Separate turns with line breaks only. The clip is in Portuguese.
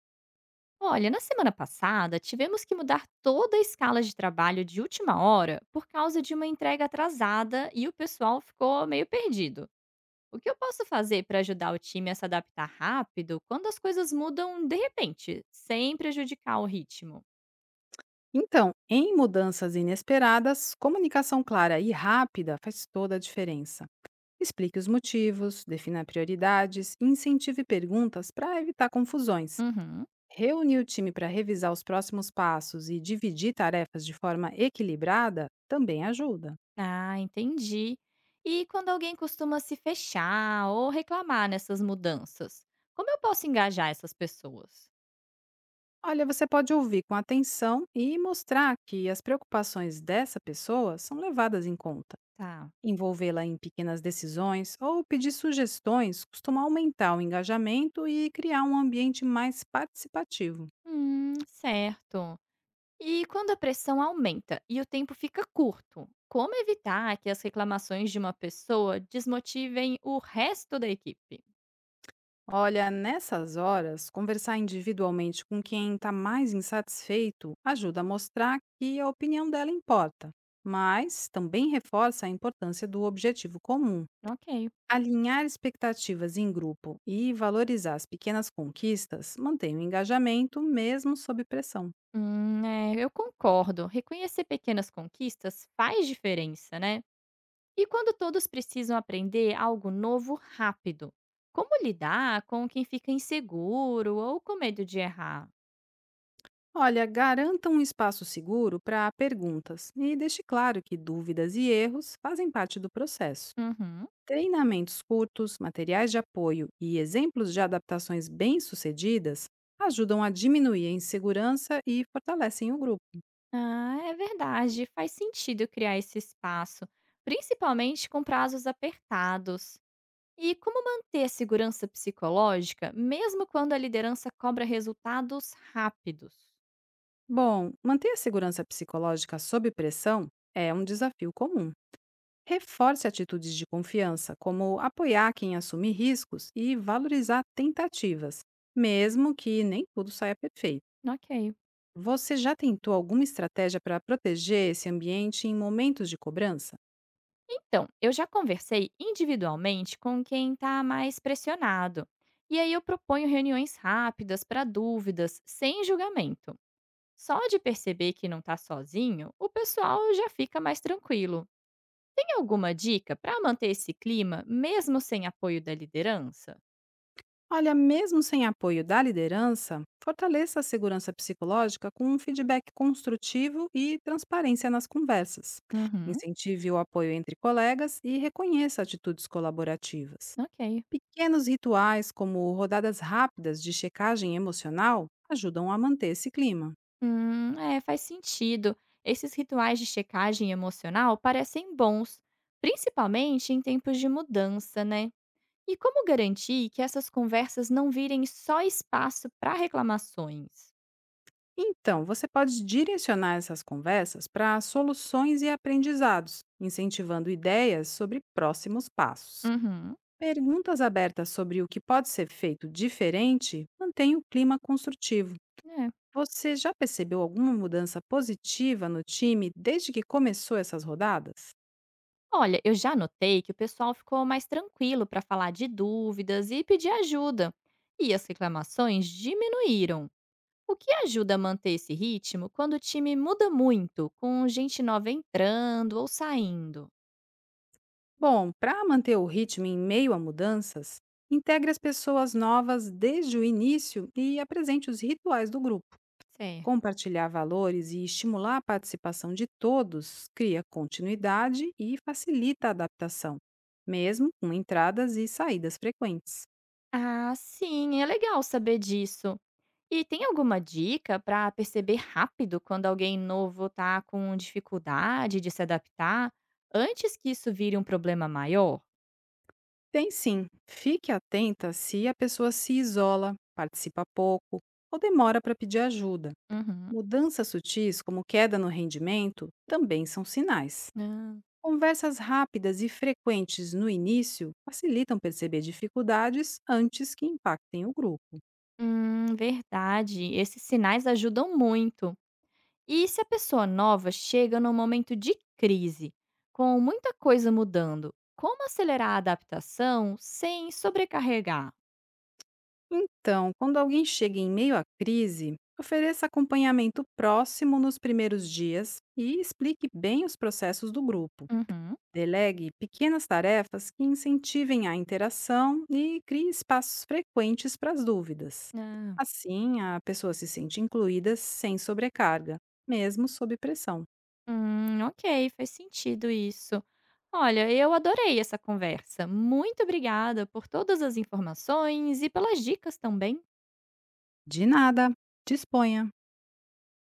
Olha, na semana passada, tivemos que mudar toda a escala de trabalho de última hora por causa de uma entrega atrasada e o pessoal ficou meio perdido. O que eu posso fazer para ajudar o time a se adaptar rápido quando as coisas mudam de repente, sem prejudicar o ritmo?
Então, em mudanças inesperadas, comunicação clara e rápida faz toda a diferença. Explique os motivos, defina prioridades e incentive perguntas para evitar confusões.
Uhum.
Reunir o time para revisar os próximos passos e dividir tarefas de forma equilibrada também ajuda.
Ah, entendi. E quando alguém costuma se fechar ou reclamar nessas mudanças, como eu posso engajar essas pessoas?
Olha, você pode ouvir com atenção e mostrar que as preocupações dessa pessoa são levadas em conta.
Tá.
Envolvê-la em pequenas decisões ou pedir sugestões costuma aumentar o engajamento e criar um ambiente mais participativo.
Certo. E quando a pressão aumenta e o tempo fica curto, como evitar que as reclamações de uma pessoa desmotivem o resto da equipe?
Olha, nessas horas, conversar individualmente com quem está mais insatisfeito ajuda a mostrar que a opinião dela importa, mas também reforça a importância do objetivo comum.
Ok.
Alinhar expectativas em grupo e valorizar as pequenas conquistas mantém o engajamento mesmo sob pressão.
É, eu concordo. Reconhecer pequenas conquistas faz diferença, né? E quando todos precisam aprender algo novo rápido? Como lidar com quem fica inseguro ou com medo de errar?
Olha, garanta um espaço seguro para perguntas e deixe claro que dúvidas e erros fazem parte do processo.
Uhum.
Treinamentos curtos, materiais de apoio e exemplos de adaptações bem-sucedidas ajudam a diminuir a insegurança e fortalecem o grupo.
Ah, é verdade. Faz sentido criar esse espaço, principalmente com prazos apertados. E como manter a segurança psicológica, mesmo quando a liderança cobra resultados rápidos?
Bom, manter a segurança psicológica sob pressão é um desafio comum. Reforce atitudes de confiança, como apoiar quem assume riscos e valorizar tentativas, mesmo que nem tudo saia perfeito.
Ok.
Você já tentou alguma estratégia para proteger esse ambiente em momentos de cobrança?
Então, eu já conversei individualmente com quem está mais pressionado. E aí eu proponho reuniões rápidas para dúvidas, sem julgamento. Só de perceber que não está sozinho, o pessoal já fica mais tranquilo. Tem alguma dica para manter esse clima, mesmo sem apoio da liderança?
Olha, mesmo sem apoio da liderança, fortaleça a segurança psicológica com um feedback construtivo e transparência nas conversas.
Uhum.
Incentive o apoio entre colegas e reconheça atitudes colaborativas.
Ok.
Pequenos rituais, como rodadas rápidas de checagem emocional, ajudam a manter esse clima.
É, faz sentido. Esses rituais de checagem emocional parecem bons, principalmente em tempos de mudança, né? E como garantir que essas conversas não virem só espaço para reclamações?
Então, você pode direcionar essas conversas para soluções e aprendizados, incentivando ideias sobre próximos passos.
Uhum,
Perguntas abertas sobre o que pode ser feito diferente mantém o clima construtivo.
é.
Você já percebeu alguma mudança positiva no time desde que começou essas rodadas?
Olha, eu já notei que o pessoal ficou mais tranquilo para falar de dúvidas e pedir ajuda, e as reclamações diminuíram. O que ajuda a manter esse ritmo quando o time muda muito, com gente nova entrando ou saindo?
Bom, para manter o ritmo em meio a mudanças, integre as pessoas novas desde o início e apresente os rituais do grupo.
Certo.
Compartilhar valores e estimular a participação de todos cria continuidade e facilita a adaptação, mesmo com entradas e saídas frequentes.
Ah, sim, é legal saber disso. E tem alguma dica para perceber rápido quando alguém novo tá com dificuldade de se adaptar, antes que isso vire um problema maior?
Tem sim, fique atenta se a pessoa se isola, participa pouco ou demora para pedir ajuda.
Uhum.
Mudanças sutis, como queda no rendimento, também são sinais.
Ah.
Conversas rápidas e frequentes no início facilitam perceber dificuldades antes que impactem o grupo.
Verdade. Esses sinais ajudam muito. E se a pessoa nova chega num momento de crise, com muita coisa mudando, como acelerar a adaptação sem sobrecarregar?
Então, quando alguém chega em meio à crise, ofereça acompanhamento próximo nos primeiros dias e explique bem os processos do grupo.
Uhum.
Delegue pequenas tarefas que incentivem a interação e crie espaços frequentes para as dúvidas.
Ah.
Assim, a pessoa se sente incluída sem sobrecarga, mesmo sob pressão.
Ok, faz sentido isso. Olha, eu adorei essa conversa. Muito obrigada por todas as informações e pelas dicas também.
De nada, disponha!